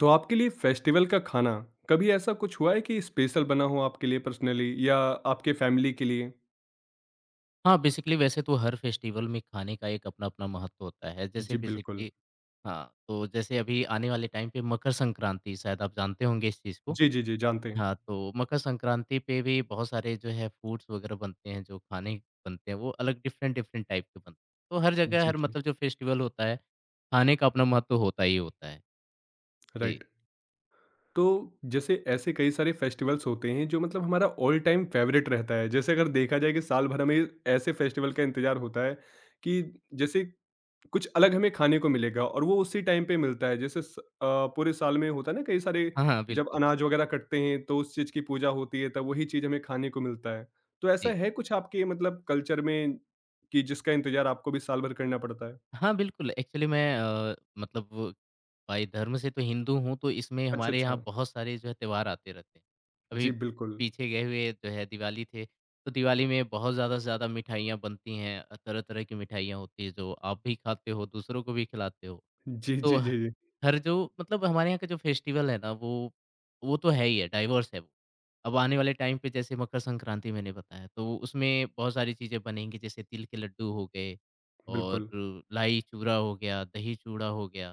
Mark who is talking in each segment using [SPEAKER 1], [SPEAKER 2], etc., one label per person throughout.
[SPEAKER 1] तो आपके लिए फेस्टिवल का खाना कभी ऐसा कुछ हुआ है कि स्पेशल बना हो आपके लिए पर्सनली या आपके फैमिली के लिए?
[SPEAKER 2] हाँ, बेसिकली वैसे तो हर फेस्टिवल में खाने का एक अपना-अपना महत्व होता है। जैसे
[SPEAKER 1] जी, बिल्कुल।
[SPEAKER 2] बेसिकली हाँ, तो जैसे अभी आने वाले टाइम पे मकर संक्रांति शायद आप जानते होंगे इस चीज़ को।
[SPEAKER 1] जी, जी, जी, जानते हैं।
[SPEAKER 2] हाँ, तो मकर संक्रांति पे भी बहुत सारे जो है फूड्स वग़ैरह बनते हैं, जो खाने बनते हैं, वो अलग डिफरेंट-डिफरेंट टाइप के बनते हैं। तो हर जगह
[SPEAKER 1] जी,
[SPEAKER 2] हर
[SPEAKER 1] जी,
[SPEAKER 2] मतलब जो फेस्टिवल होता है, खाने का अपना महत्व होता ही होता है। जी।
[SPEAKER 1] राइट। तो जैसे ऐसे कई सारे फेस्टिवल्स होते हैं जो मतलब हमारा ऑल टाइम फेवरेट रहता है। जैसे अगर देखा जाए कि साल भर हमें ऐसे फेस्टिवल का इंतज़ार होता है कि जैसे कुछ अलग हमें खाने को मिलेगा और वो उसी टाइम पे मिलता है जैसे पूरे साल में होता है ना कई सारे
[SPEAKER 2] हाँ, हाँ,
[SPEAKER 1] जब
[SPEAKER 2] बिल्कुल।
[SPEAKER 1] अनाज वगैरह कटते हैं तो उस चीज की पूजा होती है तब वही चीज हमें खाने को मिलता है। तो ऐसा
[SPEAKER 2] जी।
[SPEAKER 1] है कुछ आपके मतलब कल्चर में कि जिसका इंतजार आपको भी साल भर करना पड़ता है?
[SPEAKER 2] हाँ, बिल्कुल। एक्चुअली मैं मतलब बाय धर्म से तो हिंदू हूँ, तो इसमें
[SPEAKER 1] अच्छा,
[SPEAKER 2] हमारे
[SPEAKER 1] अच्छा।
[SPEAKER 2] यहाँ बहुत सारे जो है त्योहार आते रहते हैं। अभी
[SPEAKER 1] जी, बिल्कुल।
[SPEAKER 2] पीछे गए हुए जो है दिवाली थे, तो दिवाली में बहुत ज़्यादा से ज़्यादा मिठाइयाँ बनती हैं। तरह-तरह की मिठाइयाँ होती हैं, जो आप भी खाते हो, दूसरों को भी खिलाते हो।
[SPEAKER 1] जी,
[SPEAKER 2] तो
[SPEAKER 1] जी, जी, जी।
[SPEAKER 2] हर जो मतलब हमारे यहाँ का जो फेस्टिवल है ना वो तो है ही है, डाइवर्स है वो। अब आने वाले टाइम पे जैसे मकर संक्रांति मैंने बताया तो उसमें बहुत सारी चीज़ें बनेंगी जैसे तिल के लड्डू हो गए और
[SPEAKER 1] बिल्कुल,
[SPEAKER 2] लाई चूरा हो गया, दही चूड़ा हो गया,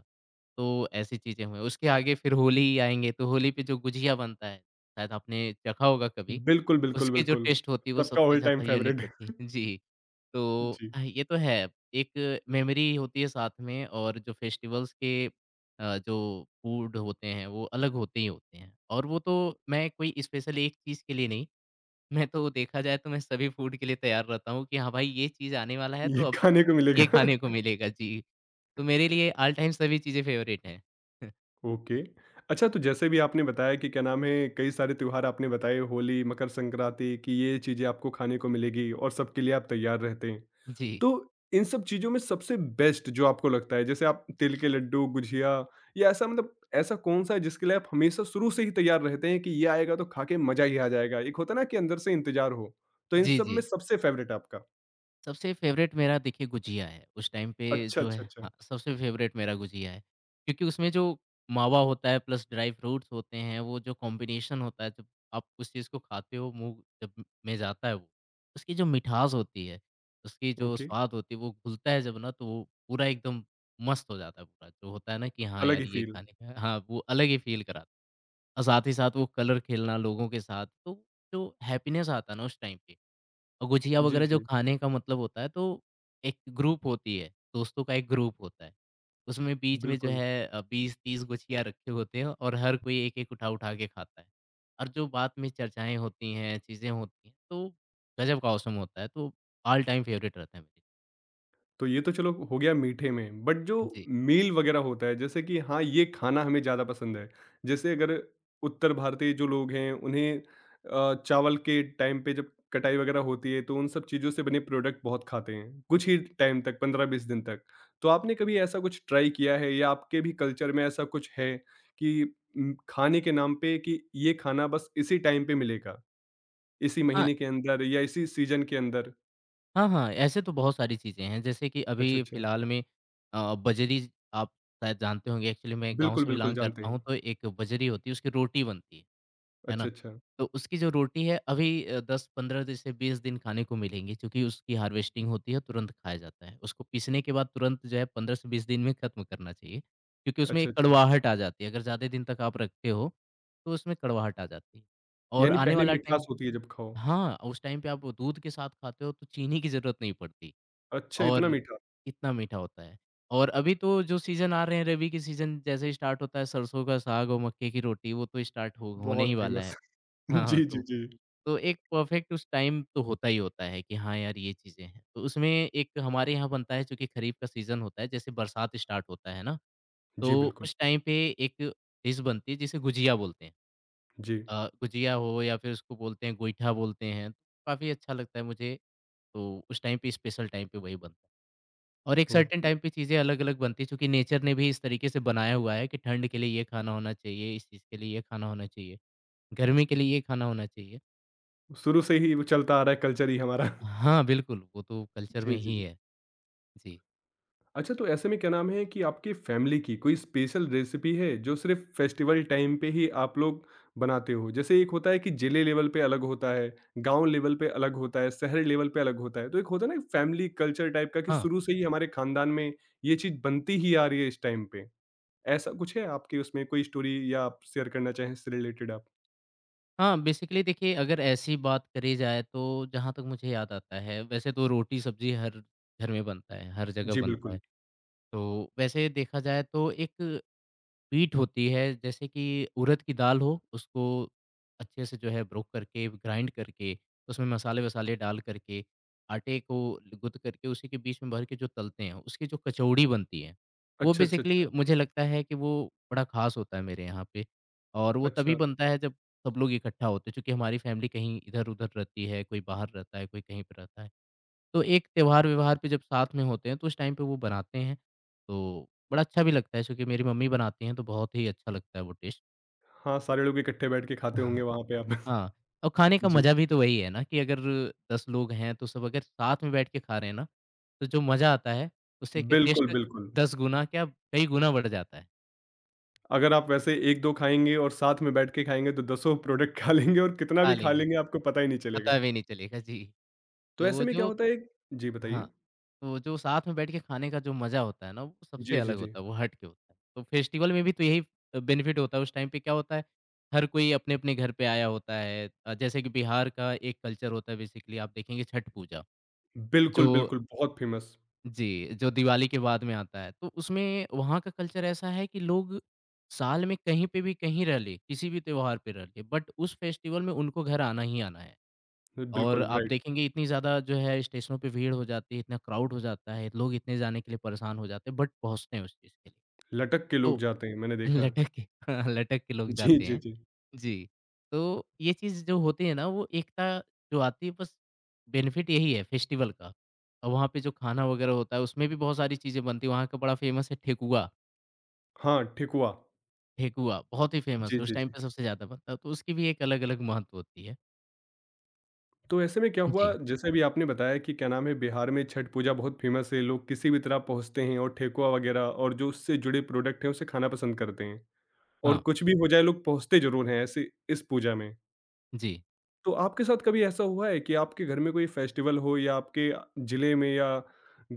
[SPEAKER 2] तो ऐसी चीज़ें हुई। उसके आगे फिर होली आएँगे तो होली पे जो गुझिया बनता है, शायद आपने चखा होगा कभी,
[SPEAKER 1] बिल्कुल, बिल्कुल,
[SPEAKER 2] उसकी जो
[SPEAKER 1] बिल्कुल।
[SPEAKER 2] टेस्ट होती है वो
[SPEAKER 1] सबका
[SPEAKER 2] सबसे
[SPEAKER 1] ऑल टाइम
[SPEAKER 2] ज़्यादा यूनिक
[SPEAKER 1] फेवरेट।
[SPEAKER 2] होती है। जी। तो
[SPEAKER 1] जी।
[SPEAKER 2] ये तो है। एक मेमोरी होती है साथ में और जो फेस्टिवल्स के जो फूड होते हैं वो अलग होते ही होते हैं। और वो तो मैं कोई स्पेशल एक चीज़ के लिए नहीं, मैं तो देखा जाए तो मैं सभी फूड के लिए तैयार रहता हूँ कि हाँ भाई ये चीज़ आने वाला है
[SPEAKER 1] ये
[SPEAKER 2] तो अब
[SPEAKER 1] खाने को
[SPEAKER 2] ये
[SPEAKER 1] मिलेगा।
[SPEAKER 2] खाने को मिलेगा। जी। तो मेरे लिए ऑल टाइम सभी चीज़ें फ़ेवरेट हैं।
[SPEAKER 1] ओके। अच्छा, तो जैसे भी आपने बताया कि क्या नाम है, कई सारे त्योहार आपने बताए होली, मकर संक्रांति कि ये चीज़ें आपको खाने को मिलेगी और सबके लिए आप तैयार रहते हैं।
[SPEAKER 2] जी।
[SPEAKER 1] तो इन सब चीज़ों में सबसे बेस्ट जो आपको लगता है जैसे आप तिल के लड्डू, गुझिया या ऐसा मतलब ऐसा कौन-सा है जिसके लिए आप हमेशा शुरू से ही तैयार रहते हैं कि ये आएगा तो खा के मज़ा ही आ जाएगा? एक होता है ना कि अंदर से इंतज़ार हो, तो इन
[SPEAKER 2] जी,
[SPEAKER 1] सब में
[SPEAKER 2] जी।
[SPEAKER 1] सबसे फ़ेवरेट आपका?
[SPEAKER 2] सबसे फ़ेवरेट मेरा देखिए गुजिया है, उस टाइम पे
[SPEAKER 1] अच्छा,
[SPEAKER 2] जो है
[SPEAKER 1] अच्छा,
[SPEAKER 2] हाँ,
[SPEAKER 1] अच्छा।
[SPEAKER 2] सबसे फ़ेवरेट मेरा गुजिया है। क्योंकि उसमें जो मावा होता है प्लस ड्राई फ्रूट्स होते हैं, वो जो कॉम्बिनेशन होता है, जब आप उस चीज़ को खाते हो मुँह जब में जाता है वो, उसकी जो मिठास होती है, उसकी जो
[SPEAKER 1] ओके,
[SPEAKER 2] स्वाद होती है, वो घुलता है जब ना तो वो पूरा एकदम मस्त हो जाता है पूरा। जो होता है ना कि हाँ
[SPEAKER 1] अलग
[SPEAKER 2] यार
[SPEAKER 1] ही
[SPEAKER 2] ये
[SPEAKER 1] फ़ील।
[SPEAKER 2] खाने का हाँ, वो अलग ही फ़ील कराता है। और साथ ही साथ वो कलर खेलना लोगों के साथ, तो जो हैप्पीनेस आता है ना उस टाइम पे गुझिया
[SPEAKER 1] जी,
[SPEAKER 2] वगैरह जो
[SPEAKER 1] जी,
[SPEAKER 2] खाने का मतलब होता है तो एक ग्रुप होती है, दोस्तों का एक ग्रुप होता है। उसमें बीच में जो
[SPEAKER 1] बिल्कुल।
[SPEAKER 2] है 20-30 गुझिया रखे होते हैं और हर कोई एक-एक उठा-उठा के खाता है। और जो बाद में चर्चाएँ होती हैं, चीज़ें होती हैं, तो गज़ब का औसम होता है, तो ऑल टाइम फ़ेवरेट रहता है मेरे।
[SPEAKER 1] तो ये तो चलो हो गया मीठे में, बट जो
[SPEAKER 2] जी।
[SPEAKER 1] मील वगैरह होता है जैसे कि हाँ, ये खाना हमें ज़्यादा पसंद है। जैसे अगर उत्तर भारतीय जो लोग हैं उन्हें चावल के टाइम पे जब कटाई वगैरह होती है तो उन सब चीज़ों से बने प्रोडक्ट बहुत खाते हैं, कुछ ही टाइम तक 15-20 दिन तक। तो आपने कभी ऐसा कुछ ट्राई किया है या आपके भी कल्चर में ऐसा कुछ है कि खाने के नाम पे कि ये खाना बस इसी टाइम पे मिलेगा, इसी
[SPEAKER 2] हाँ,
[SPEAKER 1] महीने के अंदर या इसी सीज़न के अंदर?
[SPEAKER 2] हाँ, हाँ, ऐसे तो बहुत सारी चीज़ें हैं, जैसे कि
[SPEAKER 1] अच्छा,
[SPEAKER 2] अभी
[SPEAKER 1] अच्छा।
[SPEAKER 2] फिलहाल में बजरी आप शायद जानते होंगे एक्चुअली मैं गाँव
[SPEAKER 1] बिल्कुल,
[SPEAKER 2] से
[SPEAKER 1] बिल्कुल
[SPEAKER 2] बिलॉन्ग
[SPEAKER 1] जानते
[SPEAKER 2] करता हूँ,
[SPEAKER 1] हैं।
[SPEAKER 2] तो एक बजरी होती है उसकी रोटी बनती है
[SPEAKER 1] अच्छा,
[SPEAKER 2] ना?
[SPEAKER 1] अच्छा।
[SPEAKER 2] तो उसकी जो रोटी है अभी 10-15 जैसे 20 दिन खाने को मिलेंगी क्योंकि उसकी हार्वेस्टिंग होती है, तुरंत खाया जाता है। उसको पीसने के बाद तुरंत जो है 15 से 20 दिन में ख़त्म करना चाहिए, क्योंकि उसमें
[SPEAKER 1] अच्छा,
[SPEAKER 2] एक
[SPEAKER 1] अच्छा।
[SPEAKER 2] कड़वाहट आ जाती है, अगर ज़्यादा दिन तक आप रखते हो, तो उसमें कड़वाहट आ जाती है। और
[SPEAKER 1] यानी
[SPEAKER 2] आने
[SPEAKER 1] पहले
[SPEAKER 2] वाला टाइम
[SPEAKER 1] मिठास होती है जब खाओ।
[SPEAKER 2] हाँ, उस टाइम पे आप दूध के साथ खाते हो तो चीनी की ज़रूरत नहीं पड़ती
[SPEAKER 1] अच्छा, इतना
[SPEAKER 2] और
[SPEAKER 1] मीठा।
[SPEAKER 2] इतना मीठा होता है। और अभी तो जो सीज़न आ रहे हैं रबी के सीज़न जैसे ही स्टार्ट होता है सरसों का साग और मक्के की रोटी वो तो स्टार्ट हो होने
[SPEAKER 1] बहुत
[SPEAKER 2] ही वाला है।
[SPEAKER 1] फेमस।
[SPEAKER 2] हाँ, हाँ,
[SPEAKER 1] जी, जी,
[SPEAKER 2] तो
[SPEAKER 1] जी।
[SPEAKER 2] तो एक परफ़ेक्ट उस टाइम तो होता ही होता है कि हाँ यार, ये चीज़ें हैं। तो उसमें एक हमारे यहाँ बनता है चूँकि खरीफ़ का सीज़न होता है जैसे बरसात स्टार्ट होता है ना,
[SPEAKER 1] जी,
[SPEAKER 2] तो
[SPEAKER 1] बिल्कुल।
[SPEAKER 2] उस टाइम पे एक डिश बनती है जिसे गुजिया बोलते हैं।
[SPEAKER 1] जी,
[SPEAKER 2] गुजिया हो या फिर उसको बोलते हैं गोईठा बोलते हैं। काफ़ी अच्छा लगता है मुझे तो उस टाइम पे स्पेशल टाइम पे वही बनता है। और एक सर्टेन
[SPEAKER 1] ओके।
[SPEAKER 2] टाइम पे चीज़ें अलग-अलग बनती है चूँकि नेचर ने भी इस तरीके से बनाया हुआ है कि ठंड के लिए ये खाना होना चाहिए, इस चीज़ के लिए ये खाना होना चाहिए, गर्मी के लिए ये खाना होना चाहिए।
[SPEAKER 1] शुरू से ही वो चलता आ रहा है कल्चर ही हमारा।
[SPEAKER 2] हाँ, बिल्कुल, वो तो कल्चर में
[SPEAKER 1] जी, जी,
[SPEAKER 2] ही
[SPEAKER 1] जी।
[SPEAKER 2] है। जी।
[SPEAKER 1] अच्छा, तो ऐसे में क्या नाम है कि आपकी फैमिली की कोई स्पेशल रेसिपी है जो सिर्फ़ फेस्टिवल टाइम पे ही आप लोग बनाते हो? जैसे एक होता है कि जिले लेवल पे अलग होता है, गाँव लेवल पे अलग होता है, शहर लेवल पे अलग होता है। तो एक होता है ना फैमिली कल्चर टाइप का कि
[SPEAKER 2] हाँ,
[SPEAKER 1] शुरू से ही हमारे खानदान में ये चीज़ बनती ही आ रही है इस टाइम पे। ऐसा कुछ है आपके उसमें कोई स्टोरी या आप शेयर करना चाहें इससे रिलेटेड आप?
[SPEAKER 2] हाँ, बेसिकली देखिए अगर ऐसी बात करी जाए तो जहाँ तक मुझे याद आता है, वैसे तो रोटी-सब्ज़ी हर घर में बनता है, हर जगह
[SPEAKER 1] जी,
[SPEAKER 2] बनता
[SPEAKER 1] बिल्कुल।
[SPEAKER 2] है। तो वैसे देखा जाए तो एक पीठ होती है जैसे कि उड़द की दाल हो उसको अच्छे से जो है ब्रोक करके ग्राइंड करके उसमें मसाले वसाले डाल करके आटे को गुद करके उसी के बीच में भर के जो तलते हैं उसकी जो कचौड़ी बनती है वो
[SPEAKER 1] अच्छा, अच्छा,
[SPEAKER 2] बेसिकली
[SPEAKER 1] अच्छा।
[SPEAKER 2] मुझे लगता है कि वो बड़ा खास होता है मेरे यहाँ पे और वो तभी
[SPEAKER 1] अच्छा।
[SPEAKER 2] बनता है जब सब लोग इकट्ठा होते हैं क्योंकि हमारी फैमिली कहीं इधर उधर रहती है कोई बाहर रहता है कोई कहीं पर रहता है तो एक त्योहार-व्यवहार पे जब साथ में होते हैं तो उस टाइम पे वो बनाते हैं, तो बड़ा अच्छा भी लगता है चूँकि मेरी मम्मी बनाती हैं तो बहुत ही अच्छा लगता है वो टेस्ट।
[SPEAKER 1] हाँ,
[SPEAKER 2] तो
[SPEAKER 1] सारे लोग इकट्ठे बैठ के खाते होंगे
[SPEAKER 2] हाँ,
[SPEAKER 1] वहाँ पे आप।
[SPEAKER 2] हाँ, और खाने का
[SPEAKER 1] जी।
[SPEAKER 2] मज़ा भी तो वही है ना कि अगर 10 लोग हैं तो सब अगर साथ में बैठ के खा रहे हैं ना, तो जो मज़ा आता है उससे के
[SPEAKER 1] बिल्कुल,
[SPEAKER 2] टेस्ट
[SPEAKER 1] बिल्कुल।
[SPEAKER 2] 10 गुना क्या कई गुना बढ़ जाता है।
[SPEAKER 1] अगर आप वैसे 1-2 खाएँगे और साथ में बैठ के खाएँगे तो दसों प्रोडक्ट खा लेंगे और कितना
[SPEAKER 2] खा
[SPEAKER 1] भी खा
[SPEAKER 2] लेंगे,
[SPEAKER 1] लेंगे आपको पता ही नहीं
[SPEAKER 2] पता
[SPEAKER 1] चलेगा।
[SPEAKER 2] भी नहीं चलेगा। जी,
[SPEAKER 1] तो
[SPEAKER 2] तो
[SPEAKER 1] ऐसे
[SPEAKER 2] वो
[SPEAKER 1] में क्या
[SPEAKER 2] जो
[SPEAKER 1] होता है। जी,
[SPEAKER 2] हाँ,
[SPEAKER 1] बताइए।
[SPEAKER 2] तो जो साथ में बैठ के खाने का जो मज़ा होता है ना, वो सबसे
[SPEAKER 1] जी, जी,
[SPEAKER 2] अलग
[SPEAKER 1] जी।
[SPEAKER 2] होता है, वो हट के होता है। तो फेस्टिवल में भी तो यही बेनिफिट होता है, उस टाइम पे क्या होता है, हर कोई अपने-अपने घर पे आया होता है जैसे कि बिहार का एक कल्चर होता है बेसिकली आप देखेंगे छठ पूजा, जो
[SPEAKER 1] बिल्कुल, बिल्कुल, बहुत फेमस।
[SPEAKER 2] जी, जो दिवाली के बाद में आता है। तो उसमें वहाँ का कल्चर ऐसा है कि लोग साल में कहीं पे भी कहीं रह लें, किसी भी त्योहार पे रह लें, बट उस फेस्टिवल में उनको घर आना ही आना है। और
[SPEAKER 1] बिल्कुल,
[SPEAKER 2] आप
[SPEAKER 1] राइट।
[SPEAKER 2] देखेंगे इतनी ज़्यादा जो है स्टेशनों पे भीड़ हो जाती है, इतना क्राउड हो जाता है, लोग इतने जाने के लिए परेशान हो जाते हैं, बट पहुँचते हैं उस चीज़ के लिए।
[SPEAKER 1] लटक के लोग
[SPEAKER 2] तो
[SPEAKER 1] जाते हैं, मैंने देखा है।
[SPEAKER 2] लटक के लटक के लोग
[SPEAKER 1] जी,
[SPEAKER 2] जाते
[SPEAKER 1] जी,
[SPEAKER 2] हैं।
[SPEAKER 1] जी।
[SPEAKER 2] जी, तो ये चीज़ जो होती है ना वो एकता जो आती है बस बेनिफिट यही है फेस्टिवल का। और वहाँ पे जो खाना वगैरह होता है उसमें भी बहुत सारी चीज़ें बनती हैं, वहाँ का बड़ा फ़ेमस है ठेकुआ।
[SPEAKER 1] हाँ, ठेकुआ।
[SPEAKER 2] ठेकुआ बहुत ही फ़ेमस
[SPEAKER 1] जी,
[SPEAKER 2] है, उस
[SPEAKER 1] जी,
[SPEAKER 2] टाइम
[SPEAKER 1] जी।
[SPEAKER 2] पे सबसे ज़्यादा बनता है, तो उसकी भी एक अलग-अलग महत्व होती है।
[SPEAKER 1] तो ऐसे में क्या हुआ
[SPEAKER 2] जी,
[SPEAKER 1] जैसे अभी आपने बताया कि क्या नाम है बिहार में छठ पूजा बहुत फेमस है लोग किसी भी तरह पहुंचते हैं और ठेकुआ वगैरह और जो उससे जुड़े प्रोडक्ट हैं उसे खाना पसंद करते हैं और
[SPEAKER 2] हाँ,
[SPEAKER 1] कुछ भी हो जाए लोग पहुंचते जरूर हैं ऐसे इस पूजा में।
[SPEAKER 2] जी।
[SPEAKER 1] तो आपके साथ कभी ऐसा हुआ है कि आपके घर में कोई फेस्टिवल हो या आपके जिले में या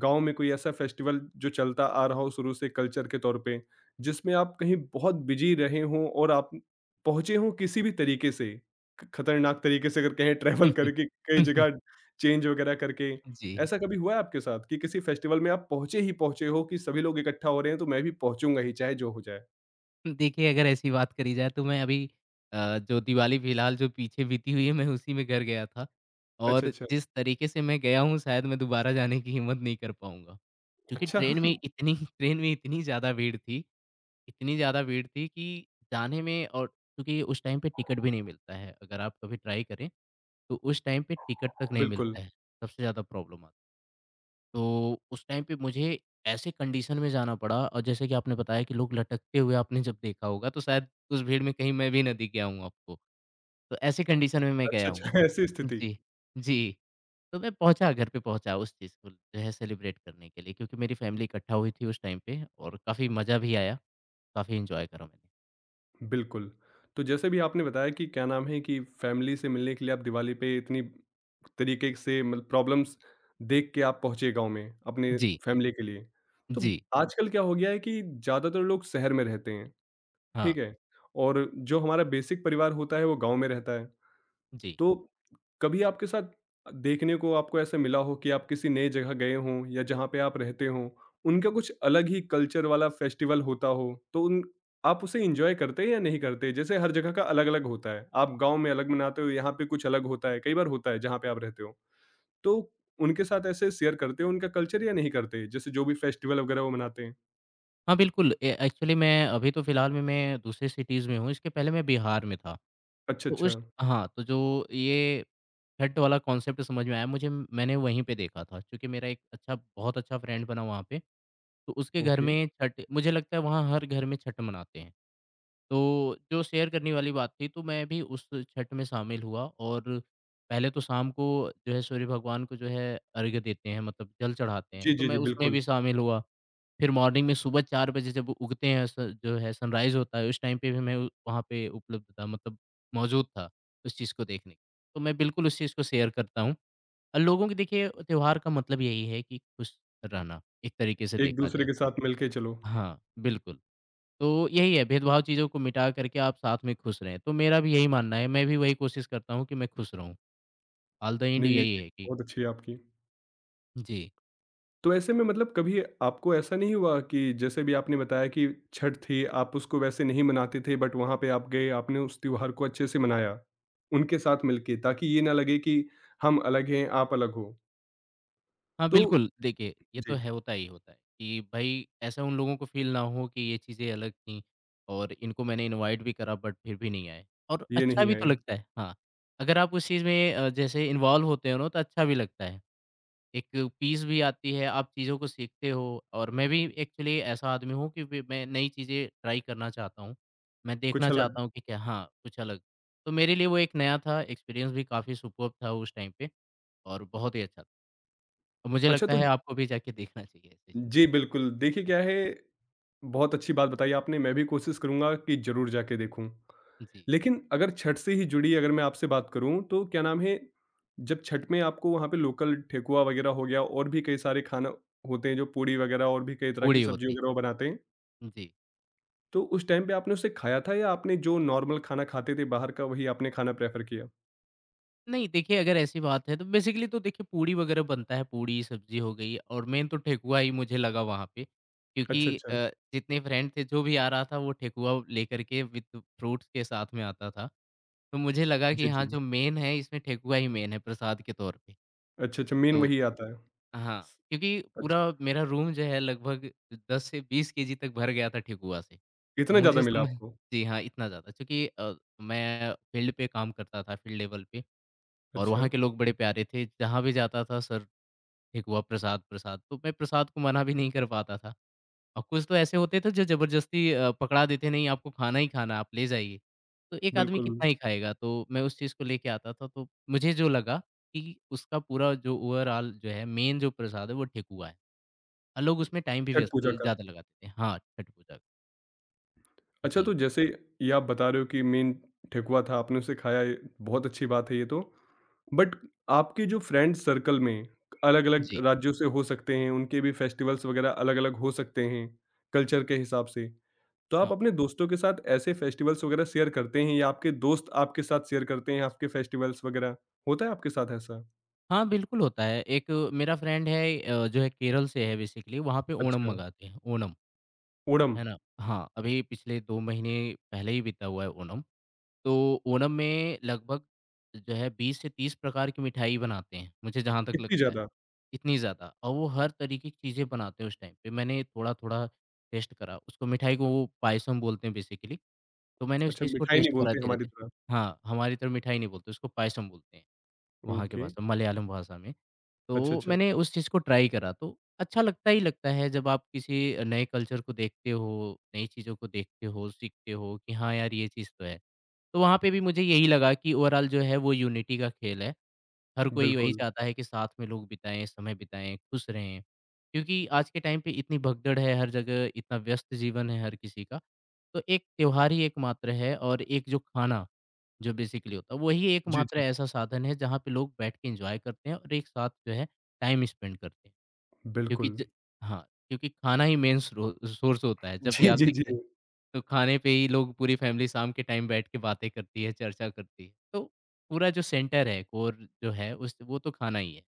[SPEAKER 1] गांव में कोई ऐसा फेस्टिवल जो चलता आ रहा हो शुरू से कल्चर के तौर पे जिसमें आप कहीं बहुत बिजी रहे हों और आप पहुंचे हों किसी भी तरीके से खतरनाक तरीके से अगर कहें
[SPEAKER 2] हुँ,
[SPEAKER 1] ट्रैवल
[SPEAKER 2] हुँ।
[SPEAKER 1] करके कई
[SPEAKER 2] हुँ, हुँ।
[SPEAKER 1] जगह चेंज वगैरह करके
[SPEAKER 2] जी।
[SPEAKER 1] ऐसा कभी हुआ है आपके साथ कि किसी फेस्टिवल में आप पहुंचे ही पहुंचे हो कि सभी लोग इकट्ठा हो रहे हैं तो मैं भी पहुंचूंगा ही चाहे जो हो जाए?
[SPEAKER 2] देखिए, अगर ऐसी बात करी जाए तो मैं अभी जो दिवाली फ़िलहाल जो पीछे बीती हुई है, मैं उसी में घर गया था और
[SPEAKER 1] अच्छा, अच्छा,
[SPEAKER 2] जिस तरीके से मैं गया हूँ, शायद मैं दोबारा जाने की हिम्मत नहीं कर पाऊँगा। क्योंकि
[SPEAKER 1] अच्छा।
[SPEAKER 2] ट्रेन में इतनी ट्रेन में इतनी ज़्यादा भीड़ थी, इतनी ज़्यादा भीड़ थी कि जाने में और क्योंकि उस टाइम पे टिकट भी नहीं मिलता है, अगर आप कभी ट्राई करें, तो उस टाइम पे टिकट तक नहीं
[SPEAKER 1] बिल्कुल।
[SPEAKER 2] मिलता है, सबसे ज़्यादा प्रॉब्लम आती है। तो उस टाइम पे मुझे ऐसे कंडीशन में जाना पड़ा और जैसे कि आपने बताया कि लोग लटकते हुए आपने जब देखा होगा तो शायद उस भीड़ में कहीं मैं भी ना दिख गया हूँ आपको। तो ऐसे कंडीशन में मैं
[SPEAKER 1] अच्छा,
[SPEAKER 2] गया हूँ।
[SPEAKER 1] अच्छा। ऐसी स्थिति।
[SPEAKER 2] जी, जी। तो मैं पहुँचा घर पे पहुँचा उस चीज़ को जो है सेलिब्रेट करने के लिए क्योंकि मेरी फैमिली इकट्ठा हुई थी उस टाइम पे और काफ़ी मज़ा भी आया, काफ़ी एन्जॉय करा मैंने।
[SPEAKER 1] बिल्कुल। तो जैसे भी आपने बताया कि क्या नाम है कि फैमिली से मिलने के लिए आप दिवाली पे इतनी तरीके से मतलब प्रॉब्लम्स देख के आप पहुँचे गाँव में, अपने
[SPEAKER 2] जी,
[SPEAKER 1] फैमिली के लिए। तो
[SPEAKER 2] जी।
[SPEAKER 1] आजकल क्या हो गया है कि ज़्यादातर लोग शहर में रहते हैं,
[SPEAKER 2] हाँ,
[SPEAKER 1] ठीक है? और जो हमारा बेसिक परिवार होता है वो गाँव में रहता है।
[SPEAKER 2] जी।
[SPEAKER 1] तो कभी आपके साथ देखने को आपको ऐसा मिला हो कि आप किसी नई जगह गए हों या जहाँ पे आप रहते हों, उनका कुछ अलग ही कल्चर वाला फेस्टिवल होता हो, तो उन आप उसे एंजॉय करते हैं या नहीं करते? जैसे हर जगह का अलग-अलग होता है, आप गाँव में अलग मनाते हो, यहाँ पे कुछ अलग होता है, कई बार होता है जहाँ पे आप रहते हो। तो उनके साथ ऐसे शेयर करते हो उनका कल्चर या नहीं करते? जैसे जो भी फेस्टिवल वगैरह वो मनाते हैं।
[SPEAKER 2] हाँ, बिल्कुल ए एक्चुअली मैं अभी तो फिलहाल में मैं दूसरे सिटीज़ में हूँ, इसके पहले मैं बिहार में था।
[SPEAKER 1] अच्छा,
[SPEAKER 2] तो
[SPEAKER 1] अच्छा,
[SPEAKER 2] उस हाँ, तो जो ये छठ वाला कॉन्सेप्ट समझ में आया मुझे, मैंने वहीं पे देखा था क्योंकि मेरा एक अच्छा बहुत अच्छा फ्रेंड बना वहाँ पे, तो उसके घर
[SPEAKER 1] ओके।
[SPEAKER 2] में छठ मुझे लगता है वहाँ हर घर में छठ मनाते हैं। तो जो शेयर करने वाली बात थी, तो मैं भी उस छठ में शामिल हुआ और पहले तो शाम को जो है सूर्य भगवान को जो है अर्घ्य देते हैं मतलब जल चढ़ाते हैं,
[SPEAKER 1] जी,
[SPEAKER 2] तो
[SPEAKER 1] जी,
[SPEAKER 2] मैं
[SPEAKER 1] जी,
[SPEAKER 2] उसमें भी
[SPEAKER 1] बिल्कुल।
[SPEAKER 2] शामिल हुआ। फिर मॉर्निंग में सुबह 4 बजे जब उगते हैं स जो है सनराइज़ होता है, उस टाइम पे भी मैं वहाँ पे उपलब्ध था मतलब मौजूद था उस चीज़ को देखने। के। तो मैं बिल्कुल उस चीज़ को शेयर करता हूँ और लोगों की देखिए त्योहार का मतलब यही है कि खुश रहना, एक तरीके से
[SPEAKER 1] एक
[SPEAKER 2] देखा
[SPEAKER 1] दूसरे
[SPEAKER 2] जाए।
[SPEAKER 1] के साथ मिलके चलो।
[SPEAKER 2] हाँ, बिल्कुल। तो यही है भेदभाव चीज़ों को मिटा करके आप साथ में खुश रहें, तो मेरा भी यही मानना है, मैं भी वही कोशिश करता हूँ कि मैं खुश रहूँ, ऑल द एंड
[SPEAKER 1] नहीं, ये
[SPEAKER 2] यही
[SPEAKER 1] चीज़
[SPEAKER 2] है कि।
[SPEAKER 1] बहुत अच्छी है आपकी।
[SPEAKER 2] जी।
[SPEAKER 1] तो ऐसे में मतलब कभी आपको ऐसा नहीं हुआ कि जैसे भी आपने बताया कि छठ थी, आप उसको वैसे नहीं मनाते थे बट वहाँ पे आप गए, आपने उस त्योहार को अच्छे से मनाया, उनके साथ मिलके ताकि ये ना लगे कि हम अलग हैं, आप अलग हो।
[SPEAKER 2] हाँ,
[SPEAKER 1] तो
[SPEAKER 2] बिल्कुल, देखिए ये तो
[SPEAKER 1] जी,
[SPEAKER 2] है होता ही होता है कि भई ऐसा उन लोगों को फ़ील ना हो कि ये चीज़ें अलग थीं और इनको मैंने इनवाइट भी करा बट फिर भी नहीं आए और
[SPEAKER 1] ये
[SPEAKER 2] अच्छा
[SPEAKER 1] नहीं
[SPEAKER 2] भी तो
[SPEAKER 1] आए,
[SPEAKER 2] लगता है। हाँ, अगर आप उस चीज़ में जैसे इन्वॉल्व होते हो ना तो अच्छा भी लगता है। एक पीस भी आती है, आप चीज़ों को सीखते हो और मैं भी एक्चुअली ऐसा आदमी हूँ कि वे मैं नई चीज़ें ट्राई करना चाहता हूँ। मैं देखना
[SPEAKER 1] कुछ अलग।
[SPEAKER 2] चाहता हूँ कि क्या। हाँ, कुछ अलग। तो मेरे लिए वो एक नया था, एक्सपीरियंस भी काफ़ी सुपर्ब था उस टाइम पे और बहुत ही अच्छा था। और मुझे
[SPEAKER 1] अच्छा,
[SPEAKER 2] लगता
[SPEAKER 1] तो
[SPEAKER 2] है आपको भी जाके देखना चाहिए ऐसे।
[SPEAKER 1] जी, बिल्कुल। देखिए क्या है, बहुत अच्छी बात बताई आपने, मैं भी कोशिश करूँगा कि ज़रूर जाके देखूँ।
[SPEAKER 2] जी,
[SPEAKER 1] लेकिन अगर छठ से ही जुड़ी अगर मैं आपसे बात करूँ, तो क्या नाम है, जब छठ में आपको वहाँ पे लोकल ठेकुआ वगैरह हो गया और भी कई सारे खाना होते हैं, जो पूड़ी वगैरह और भी कई तरह की
[SPEAKER 2] पूड़ी
[SPEAKER 1] सब्ज़ी
[SPEAKER 2] होती है।
[SPEAKER 1] वगैरह वो बनाते हैं।
[SPEAKER 2] जी।
[SPEAKER 1] तो उस टाइम पे आपने उसे खाया था या आपने जो नॉर्मल खाना खाते थे बाहर का, वही आपने खाना प्रेफ़र किया?
[SPEAKER 2] नहीं देखिए, अगर ऐसी बात है तो बेसिकली तो देखिए पूड़ी वगैरह बनता है, पूड़ी, सब्ज़ी हो गई और मेन तो ठेकुआ ही मुझे लगा वहाँ पे क्योंकि
[SPEAKER 1] अच्छा, अच्छा।
[SPEAKER 2] जितने फ्रेंड थे जो भी आ रहा था वो ठेकुआ लेकर के विद फ्रूट्स के साथ में आता था। तो मुझे लगा कि
[SPEAKER 1] जी, जी।
[SPEAKER 2] हाँ, जो मेन है इसमें ठेकुआ ही मेन है प्रसाद के तौर पे।
[SPEAKER 1] अच्छा, अच्छा, मेन
[SPEAKER 2] तो
[SPEAKER 1] वही आता है।
[SPEAKER 2] हाँ, क्योंकि
[SPEAKER 1] अच्छा,
[SPEAKER 2] पूरा
[SPEAKER 1] अच्छा।
[SPEAKER 2] मेरा रूम जो है लगभग 10 से 20 केजी तक भर गया था ठेकुआ से।
[SPEAKER 1] इतना
[SPEAKER 2] मुझे
[SPEAKER 1] ज़्यादा मिला
[SPEAKER 2] समझ
[SPEAKER 1] आपको?
[SPEAKER 2] जी हाँ, इतना ज़्यादा क्योंकि मैं फील्ड पे काम करता था, फील्ड लेवल पे। और वहाँ
[SPEAKER 1] अच्छा,
[SPEAKER 2] के लोग बड़े प्यारे थे, जहाँ भी जाता था सर ठेकुआ, प्रसाद-प्रसाद, तो मैं प्रसाद को मना भी नहीं कर पाता था। और कुछ तो ऐसे होते थे जो ज़बरदस्ती पकड़ा देते, "नहीं, आपको खाना ही खाना है, आप ले जाइए।" तो एक आदमी
[SPEAKER 1] बिल्कुल।
[SPEAKER 2] कितना ही खाएगा? तो मैं उस चीज़ को लेके आता था, तो मुझे जो लगा कि उसका पूरा जो ओवरॉल जो है, मेन जो प्रसाद है, वो ठेकुआ है। और लोग उसमें टाइम भी
[SPEAKER 1] छठ
[SPEAKER 2] व्यस्त
[SPEAKER 1] पूजा का।
[SPEAKER 2] ज़्यादा लगाते थे। हाँ, छठ पूजा का।
[SPEAKER 1] अच्छा, तो
[SPEAKER 2] जी,
[SPEAKER 1] जैसे ये आप बता रहे हो कि मेन ठेकुआ था, आपने उसे खाया ये बहुत अच्छी बात है ये तो। बट आपके जो फ्रेंड सर्कल में अलग-अलग
[SPEAKER 2] जी।
[SPEAKER 1] राज्यों से हो सकते हैं, उनके भी फेस्टिवल्स वगैरह अलग-अलग हो सकते हैं, कल्चर के हिसाब से। तो आप
[SPEAKER 2] हाँ,
[SPEAKER 1] अपने दोस्तों के साथ ऐसे फेस्टिवल्स वगैरह शेयर करते हैं या आपके दोस्त आपके साथ शेयर करते हैं आपके फेस्टिवल्स वगैरह? होता है आपके साथ ऐसा?
[SPEAKER 2] हाँ, बिल्कुल होता है। एक मेरा फ्रेंड है जो है केरल से है बेसिकली, वहाँ पे ओणम
[SPEAKER 1] अच्छा,
[SPEAKER 2] मनाते हैं, ओणम।
[SPEAKER 1] ओणम,
[SPEAKER 2] है ना? हाँ, अभी पिछले 2 महीने पहले ही बीता हुआ है ओणम। तो ओणम में लगभग जो है 20 से 30 प्रकार की मिठाई बनाते हैं, मुझे जहाँ तक
[SPEAKER 1] इतनी
[SPEAKER 2] लगता है,
[SPEAKER 1] ज़्यादा?
[SPEAKER 2] इतनी ज़्यादा। और वो हर तरीके की चीज़ें बनाते हैं उस टाइम पे। मैंने थोड़ा-थोड़ा टेस्ट करा, उसको मिठाई को वो पायसम बोलते हैं बेसिकली, तो मैंने उस
[SPEAKER 1] अच्छा,
[SPEAKER 2] चीज़ को
[SPEAKER 1] मिठाई
[SPEAKER 2] टेस्ट
[SPEAKER 1] नहीं
[SPEAKER 2] करा
[SPEAKER 1] बोलते हमारी
[SPEAKER 2] धीरे-धीरे।
[SPEAKER 1] तरह।
[SPEAKER 2] हाँ, हमारी तरफ मिठाई नहीं बोलते, उसको पायसम बोलते हैं, वहाँ की
[SPEAKER 1] ओके,
[SPEAKER 2] भाषा मलयालम भाषा में।
[SPEAKER 1] अच्छा,
[SPEAKER 2] तो
[SPEAKER 1] अच्छा,
[SPEAKER 2] मैंने उस चीज़ को ट्राई करा, तो अच्छा लगता ही लगता है जब आप किसी नए कल्चर को देखते हो, नई चीज़ों को देखते हो, सीखते हो कि हाँ यार, ये चीज़ तो है। तो वहाँ पे भी मुझे यही लगा कि ओवरॉल जो है वो यूनिटी का खेल है। हर कोई वही
[SPEAKER 1] बिल्कुल।
[SPEAKER 2] चाहता है कि साथ में लोग बिताएँ, समय बिताएँ, खुश रहें। क्योंकि आज के टाइम पे इतनी भगदड़ है, हर जगह इतना व्यस्त जीवन है हर किसी का, तो एक त्योहार ही एकमात्र है और एक जो खाना, जो बेसिकली होता है, वही
[SPEAKER 1] जी,
[SPEAKER 2] एकमात्र
[SPEAKER 1] जी,
[SPEAKER 2] ऐसा साधन है जहाँ पे लोग बैठ के एन्जॉय करते हैं और एक साथ जो है टाइम स्पेंड करते हैं। क्योंकि
[SPEAKER 1] बिल्कुल।
[SPEAKER 2] ज हाँ, क्योंकि खाना ही मेन स्रो सोर्स होता है। जब भी
[SPEAKER 1] जी,
[SPEAKER 2] आप
[SPEAKER 1] जी, जी।
[SPEAKER 2] देखिए तो खाने पे ही लोग पूरी फैमिली शाम के टाइम बैठ के बातें करती है, चर्चा करती है। तो पूरा जो सेंटर है, कोर जो है उस वो तो खाना ही है,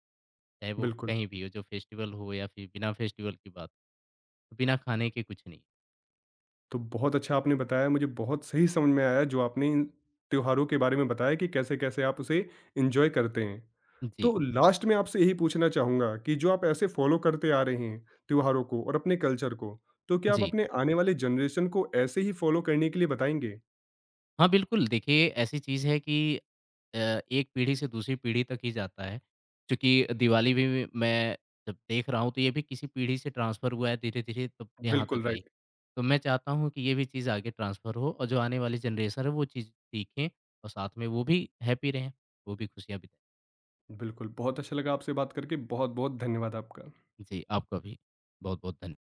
[SPEAKER 2] चाहे वो
[SPEAKER 1] बिल्कुल,
[SPEAKER 2] कहीं भी हो, जो फेस्टिवल हो या फिर बिना फेस्टिवल की बात, बिना खाने के कुछ नहीं।
[SPEAKER 1] तो बहुत अच्छा आपने बताया, मुझे बहुत सही समझ में आया जो आपने इन त्योहारों के बारे में बताया कि कैसे-कैसे आप उसे एन्जॉय करते हैं।
[SPEAKER 2] जी,
[SPEAKER 1] तो लास्ट में आपसे यही पूछना चाहूँगा कि जो आप ऐसे फ़ॉलो करते आ रहे हैं त्योहारों को और अपने कल्चर को, तो क्या आप
[SPEAKER 2] जी।
[SPEAKER 1] अपने आने वाले जनरेशन को ऐसे ही फ़ॉलो करने के लिए बताएँगे?
[SPEAKER 2] हाँ, बिल्कुल देखिए ऐसी चीज़ है कि अ, एक पीढ़ी से दूसरी पीढ़ी तक ही जाता है, क्योंकि दिवाली भी मैं जब देख रहा हूँ तो ये भी किसी पीढ़ी से ट्रांसफ़र हुआ है धीरे-धीरे तब यहाँ
[SPEAKER 1] बिल्कुल,
[SPEAKER 2] तक आई।
[SPEAKER 1] राइट।
[SPEAKER 2] तो मैं चाहता हूँ कि ये भी चीज़ आगे ट्रांसफ़र हो और जो आने वाली जनरेशन है वो चीज़ सीखें और साथ में वो भी हैप्पी रहें, वो भी खुशियाँ बिताएँ।
[SPEAKER 1] बिल्कुल, बहुत अच्छा लगा आपसे बात करके, बहुत-बहुत धन्यवाद आपका।
[SPEAKER 2] जी, आपका भी बहुत-बहुत धन्य